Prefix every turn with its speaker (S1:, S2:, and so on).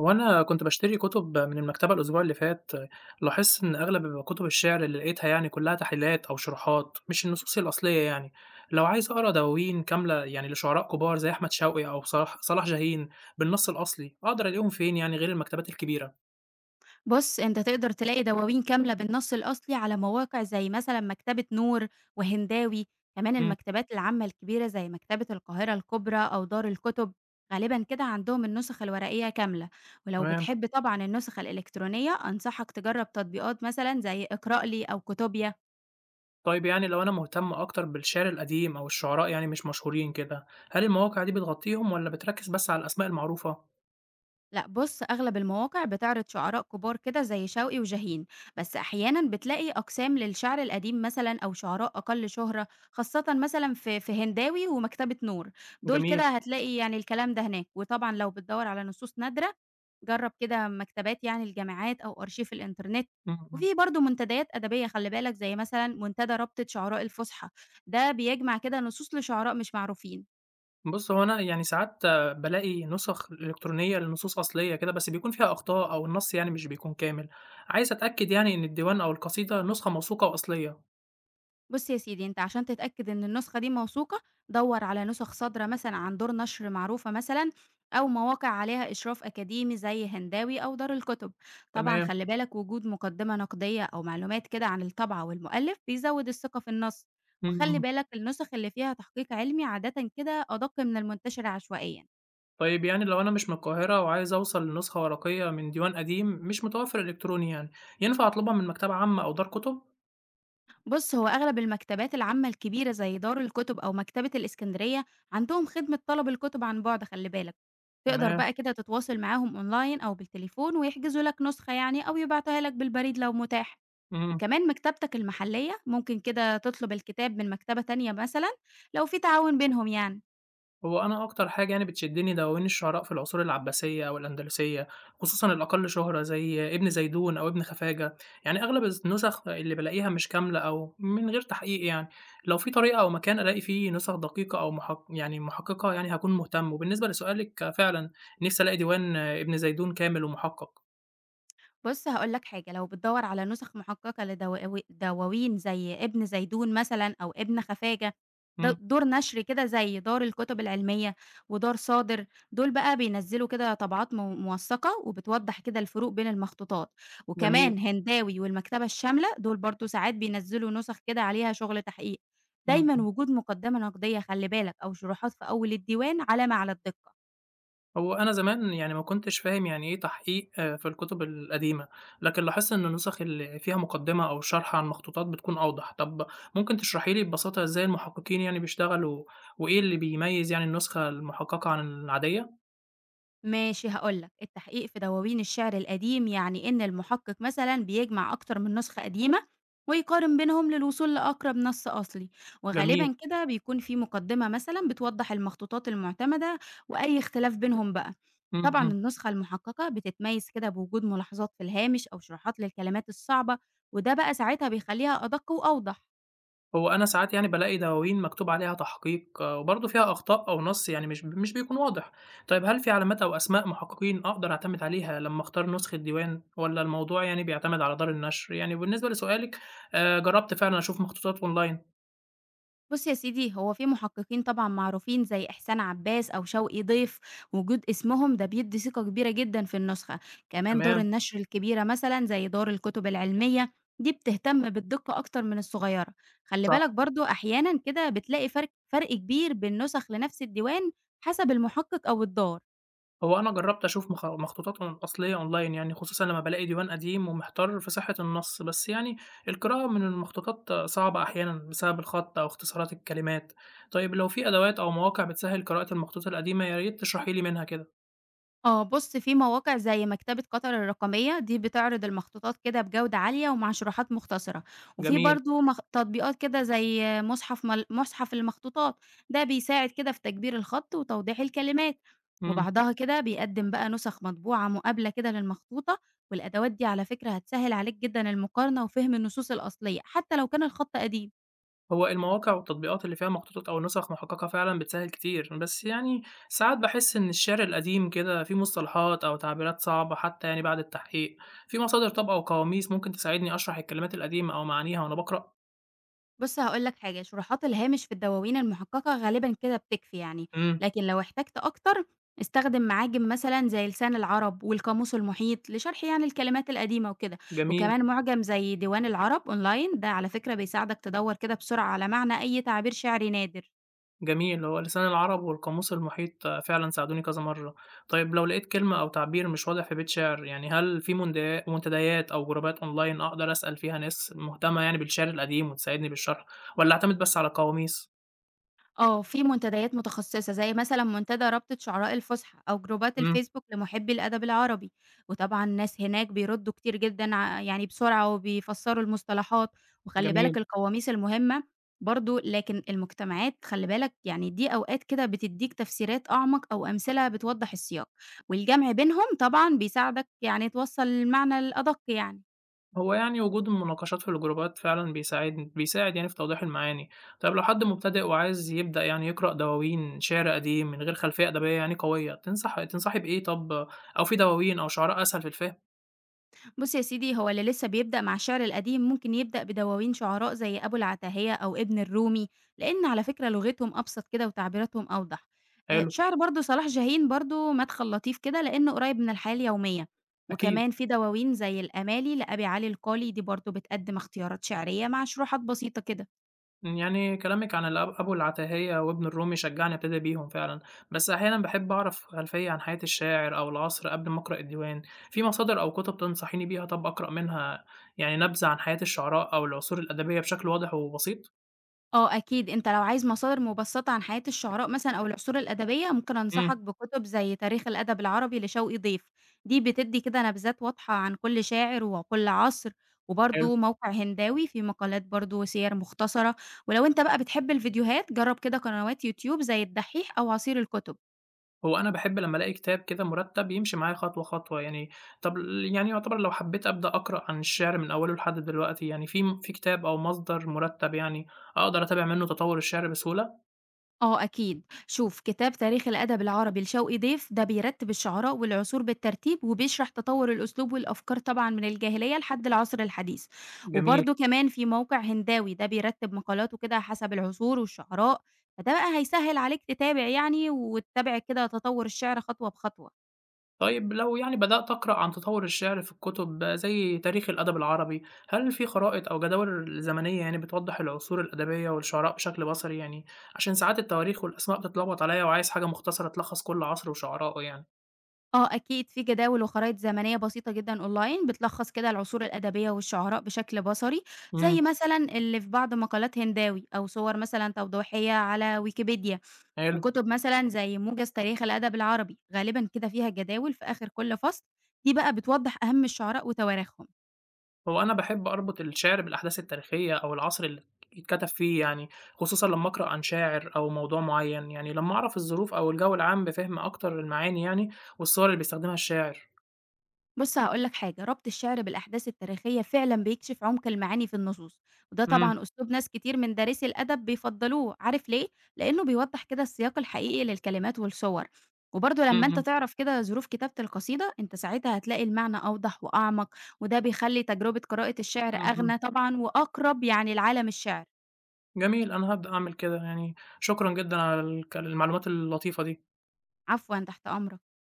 S1: هو أنا كنت باشتري كُتب من المكتبة الأسبوع اللي فات، لاحظت إن أغلب كُتب الشعر اللي لقيتها يعني كلّها تحليلات أو شروحات، مش النصوص الأصلية يعني، لو عايز أقرا دواوين كاملة يعني لشعراء كبار زي أحمد شوقي أو صلاح جاهين بالنص الأصلي، أقدر ألاقيهم فين يعني غير المكتبات الكبيرة؟
S2: بُص، أنت تقدر تلاقي دواوين كاملة بالنص الأصلي على مواقع زي مثلًا مكتبة نور وهنداوي، كمان
S1: إمم،
S2: المكتبات العامة الكبيرة زي مكتبة القاهرة الكبرى أو دار الكتب، غالبًا كده عندهم النسخ الورقية كاملة، ولو
S1: تمام،
S2: بتحب طبعًا النسخ الإلكترونية أنصحك تجرب تطبيقات مثلًا زي اقرأ لي أو كتوبيا.
S1: طيب يعني لو أنا مهتم أكتر بالشعر القديم أو الشعراء يعني مش مشهورين كده، هل المواقع دي بتغطيهم والّا بتركّز بس على الأسماء المعروفة؟
S2: لأ بُص، أغلب المواقع بتعرض شعراء كبار كده زي شوقي وشاهين، بس أحيانًا بتلاقي أقسام للشعر القديم مثلًا أو شعراء أقل شهرة، خاصةً مثلًا في هنداوي ومكتبة نور، دول
S1: جميل،
S2: كده هتلاقي يعني الكلام ده هناك، وطبعًا لو بتدوّر على نصوص نادرة جرّب كده مكتبات يعني الجامعات أو أرشيف الإنترنت،
S1: إمم، إمم.
S2: وفي برضه منتديات أدبية خلّي بالك زي مثلًا منتدى رابطة شعراء الفُسحة، ده بيجمع كده نصوص لشعراء مش معروفين.
S1: بُص، هو أنا يعني ساعات بالاقي نسخ إلكترونية لنصوص أصلية كده، بس بيكون فيها أخطاء أو النص يعني مش بيكون كامل. عايز أتأكد يعني إن الديوان أو القصيدة نسخة موثوقة وأصلية.
S2: بُص يا سيدي، أنت عشان تتأكد إن النسخة دي موثوقة، دَوّر على نسخ صادرة مثلًا عن دور نشر معروفة مثلًا، أو مواقع عليها إشراف أكاديمي زي هنداوي أو دار الكتب. طبعًا
S1: تمام،
S2: خلِّ بالك وجود مقدمة نقدية أو معلومات كده عن الطبعة والمؤلف بيزوّد الثقة في النص،
S1: إمم،
S2: وخلِّ
S1: إمم.
S2: بالك النسخ اللي فيها تحقيق علمي عادةً كده أدق من المنتشر عشوائيًا.
S1: طيب يعني لو أنا مش من القاهرة وعايز أوصل لنسخة ورقية من ديوان قديم مش متوفر إلكتروني يعني، ينفع أطلبها من مكتبة عامة أو دار كتب؟
S2: بص هو أغلب المكتبات العامة الكبيرة زي دار الكتب أو مكتبة الإسكندرية عندهم خدمة طلب الكتب عن بعد، خلي بالك تقدر
S1: تمام،
S2: بقى كده تتواصل معاهم أونلاين أو بالتليفون ويحجزوا لك نسخة يعني أو يبعتها لك بالبريد لو متاح،
S1: إمم.
S2: وكمان مكتبتك المحلية ممكن كده تطلب الكتاب من مكتبة تانية مثلا لو في تعاون بينهم يعني.
S1: هو أنا أكتر حاجة يعني بتشدني دواوين الشعراء في العصور العباسية أو الأندلسية، خصوصًا الأقل شهرة زي ابن زيدون أو ابن خفاجة، يعني أغلب النسخ اللي بالاقيها مش كاملة أو من غير تحقيق يعني، لو في طريقة أو مكان ألاقي فيه نسخ دقيقة أو محققة يعني هاكون مهتم، وبالنسبة لسؤالِك فعلًا نفسي ألاقي ديوان ابن زيدون كامل ومحقق.
S2: بُص هاقول لك حاجة، لو بتدوّر على نسخ محققة لدواو دواوين زي ابن زيدون مثلًا أو ابن خفاجة، د
S1: إمم،
S2: دور نشر كده زي دار الكتب العلمية ودار صادر، دول بقى بينزّلوا كده طبعات موثّقة وبتوضّح كده الفروق بين المخطوطات،
S1: جميل،
S2: وكمان هنداوي والمكتبة الشاملة دول برضه ساعات بينزّلوا نسخ كده عليها شغل تحقيق،
S1: إمم.
S2: دايمًا وجود مقدمة نقدية خلّي بالك أو شروحات في أول الديوان علامة على الدقة.
S1: هو أنا زمان يعني ما كنتش فاهم يعني إيه تحقيق في الكتب القديمة، لكن لاحظت إن النسخ اللي فيها مقدمة أو شرح عن مخطوطات بتكون أوضح، طب ممكن تشرحي لي ببساطة إزاي المحققين يعني بيشتغلوا وإيه اللي بيميز يعني النسخة المحققة عن العادية؟
S2: ماشي هاقول لك، التحقيق في دواوين الشعر القديم يعني إن المحقق مثلًا بيجمع أكتر من نسخة قديمة ويقارن بينهم للوصول لأقرب نص أصلي،
S1: جميل،
S2: وغالبًا كده بيكون في مقدمة مثلًا بتوضح المخطوطات المعتمدة وأي اختلاف بينهم بقى.
S1: إمم،
S2: طبعًا
S1: إمم.
S2: النسخة المحققة بتتميز كده بوجود ملاحظات في الهامش أو شروحات للكلمات الصعبة، وده بقى ساعتها بيخليها أدق وأوضح.
S1: هو أنا ساعات يعني بالاقي دواوين مكتوب عليها تحقيق، آه، وبرضه فيها أخطاء أو نص يعني مش بيكون واضح. طيب هل في علامات أو أسماء محققين أقدر أعتمد عليها لمّا أختار نسخة ديوان، والّا الموضوع يعني بيعتمد على دار النشر؟ يعني بالنسبة لسؤالِك، جرّبت فعلًا أشوف مخطوطات أونلاين،
S2: بُص يا سيدي، هو في محققين طبعًا معروفين زي إحسان عباس أو شوقي ضيف، وجود اسمهم ده بيدّي ثقة كبيرة جدًا في النسخة، كمان دار
S1: تمام،
S2: النشر الكبيرة مثلًا زي دار الكتب العلمية، دي بتهتم بالدقة أكتر من الصغيرة، خلّي بالك
S1: صح.
S2: برضه أحيانًا كده بتلاقي فرق كبير بين نسخ لنفس الديوان حسب المحقق أو الدار.
S1: هو أنا جرّبت أشوف مخطوطاتهم الأصلية أونلاين يعني، خصوصًا لمّا بالاقي ديوان قديم ومحتار في صحة النص، بس يعني القراءة من المخطوطات صعبة أحيانًا بسبب الخط أو اختصارات الكلمات. طيب لو في أدوات أو مواقع بتسهّل قراءة المخطوطات القديمة يا ريت تشرحي لي منها كده.
S2: آه، بُص في مواقع زي مكتبة قطر الرقمية، دي بتعرض المخطوطات كده بجودة عالية ومع شروحات مختصرة، وفي
S1: جميل،
S2: برضه تطبيقات كده زي مصحف المخطوطات، ده بيساعد كده في تكبير الخط وتوضيح الكلمات،
S1: إمم.
S2: وبعضها كده بيقدم بقى نسخ مطبوعة مقابلة كده للمخطوطة، والأدوات دي على فكرة هتسهل عليك جدًا المقارنة وفهم النصوص الأصلية، حتى لو كان الخط قديم.
S1: هو المواقع والتطبيقات اللي فيها مخطوطات أو نسخ محققة فعلًا بتسهّل كتير، بس يعني ساعات باحس إن الشعر القديم كده فيه مصطلحات أو تعبيرات صعبة حتى يعني بعد التحقيق. في مصادر طب أو قواميس ممكن تساعدني أشرح الكلمات القديمة أو معانيها وأنا باقرأ؟
S2: بُص هاقول لك حاجة، شروحات الهامش في الدواوين المُحقَّقة غالبًا كده بتكفي يعني،
S1: إمم،
S2: لكن لو احتجت أكتر استخدم معاجم مثلًا زي لسان العرب والقاموس المحيط لشرح يعني الكلمات القديمة وكده،
S1: جميل،
S2: وكمان معجم زي ديوان العرب أونلاين ده على فكرة بيساعدك تدوّر كده بسرعة على معنى أي تعبير شعري نادر.
S1: جميل، هو لسان العرب والقاموس المحيط فعلًا ساعدوني كذا مرّة. طيب لو لقيت كلمة أو تعبير مش واضح في بيت شعر، يعني هل في منتديات أو جروبات أونلاين أقدر أسأل فيها ناس مهتمة يعني بالشعر القديم وتساعدني بالشرح، والّا أعتمد بس على القواميس؟
S2: آه، في منتديات متخصصة زي مثلا منتدى رابطة شعراء الفُسحة أو جروبات
S1: إمم،
S2: الفيسبوك لمحبي الأدب العربي، وطبعًا الناس هناك بيردّوا كتير جدًا يعني بسرعة وبيفسّروا المصطلحات، وخلّي بالك
S1: جميل.
S2: القواميس المهمة برضه، لكن المجتمعات خلّي بالك يعني دي أوقات كده بتدّيك تفسيرات أعمق أو أمثلة بتوضّح السياق، والجمع بينهم طبعًا بيساعدك يعني توصّل المعنى الأدق يعني.
S1: هو يعني وجود المناقشات في الجروبات فعلًا بيساعد يعني في توضيح المعاني. طيب لو حد مبتدئ وعايز يبدأ يعني يقرأ دواوين شعر قديم من غير خلفية أدبية يعني قوية، تنصحي بإيه طب أو في دواوين أو شعراء أسهل في الفهم؟
S2: بُص يا سيدي، هو اللي لسه بيبدأ مع الشعر القديم ممكن يبدأ بدواوين شعراء زي أبو العتاهية أو ابن الرومي، لإن على فكرة لغتهم أبسط كده وتعبيراتهم أوضح.
S1: حلو.
S2: شعر برضه صلاح جاهين برضه مدخل لطيف كده لإنه قريب من الحياة اليومية،
S1: أكيد،
S2: وكمان في دواوين زي الأمالي لأبي علي القالي دي برضه بتقدم اختيارات شعرية مع شروحات بسيطة كده.
S1: يعني كلامِك عن أبو العتاهية وابن الرومي شجّعني أبتدي بيهم فعلًا، بس أحيانًا باحب أعرف خلفية عن حياة الشاعر أو العصر قبل ما أقرأ الديوان، في مصادر أو كُتب تنصحيني بيها طَب أقرأ منها يعني نبذة عن حياة الشعراء أو العصور الأدبية بشكل واضح وبسيط؟
S2: آه أكيد، أنت لو عايز مصادر مبسّطة عن حياة الشعراء مثلًا أو العصور الأدبية، ممكن أنصحك
S1: إمم،
S2: بكتب زي تاريخ الأدب العربي لشوقي ضيف، دي بتدّي كده نبذات واضحة عن كل شاعر وكل عصر،
S1: حلو،
S2: وبرضه موقع هنداوي فيه مقالات برضه وسير مختصرة، ولو أنت بقى بتحب الفيديوهات جرّب كده قنوات يوتيوب زي الدحّيح أو عصير الكُتب.
S1: هو أنا باحب لمّا ألاقي كتاب كده مرتّب يمشي معايا خطوة، خطوة يعني، طَب يعني يعتبر لو حبّيت أبدأ أقرأ عن الشعر من أوّله لحد دلوقتي، يعني في في كتاب أو مصدر مرتّب يعني أقدر أتابع منّه تطوّر الشعر بسهولة؟
S2: آه أكيد، شوف كتاب تاريخ الأدب العربي لشوقي ضيف ده بيرتب الشعراء والعصور بالترتيب وبيشرح تطور الأسلوب والأفكار طبعًا من الجاهلية لحد العصر الحديث،
S1: جميل.
S2: وبرضه كمان في موقع هنداوي ده بيرتب مقالاته كده حسب العصور والشعراء، فده بقى هيسهل عليك تتابع يعني وتتابع كده تطور الشعر خطوة بخطوة.
S1: طيب لو يعني بدأت أقرأ عن تطور الشعر في الكتب زي تاريخ الأدب العربي، هل في خرائط أو جداول زمنية يعني بتوضح العصور الأدبية والشعراء بشكل بصري يعني؟ عشان ساعات التواريخ والأسماء بتتلخبط عليا وعايز حاجة مختصرة تلخص كل عصر وشعراءه يعني.
S2: آه أكيد، في جداول وخرائط زمنية بسيطة جدًا أونلاين بتلخّص كده العصور الأدبية والشعراء بشكل بصري،
S1: إمم،
S2: زي مثلًا اللي في بعض مقالات هنداوي أو صور مثلًا توضيحية على ويكيبيديا،
S1: حلو.
S2: وكتب مثلًا زي موجز تاريخ الأدب العربي، غالبًا كده فيها جداول في آخر كل فصل، دي بقى بتوضح أهم الشعراء وتواريخهم.
S1: هو أنا باحب أربط الشعر بالأحداث التاريخية أو العصر اللي اتكتب فيه يعني، خصوصًا لمّا أقرأ عن شاعر أو موضوع معين، يعني لمّا أعرف الظروف أو الجو العام بفهم أكتر المعاني يعني والصور اللي بيستخدمها الشاعر.
S2: بُص هاقول لك حاجة، ربط الشعر بالأحداث التاريخية فعلًا بيكشف عمق المعاني في النصوص، وده
S1: إمم،
S2: طبعًا أسلوب ناس كتير من دارسي الأدب بيفضّلوه، عارف ليه؟ لإنه بيوضّح كده السياق الحقيقي للكلمات والصور، وبرضه
S1: إمم،
S2: لمّا أنت
S1: إمم،
S2: تعرف كده ظروف كتابة القصيدة، أنت ساعتها هتلاقي المعنى أوضح وأعمق، وده بيخلّي تجربة قراءة الشعر
S1: إمم، إمم.
S2: أغنى طبعًا وأقرب يعني لعالم الشعر.
S1: جميل، أنا هابدأ أعمل كده يعني، شكرًا جدًا على المعلومات اللطيفة دي.
S2: عفوًا، تحت أمرك.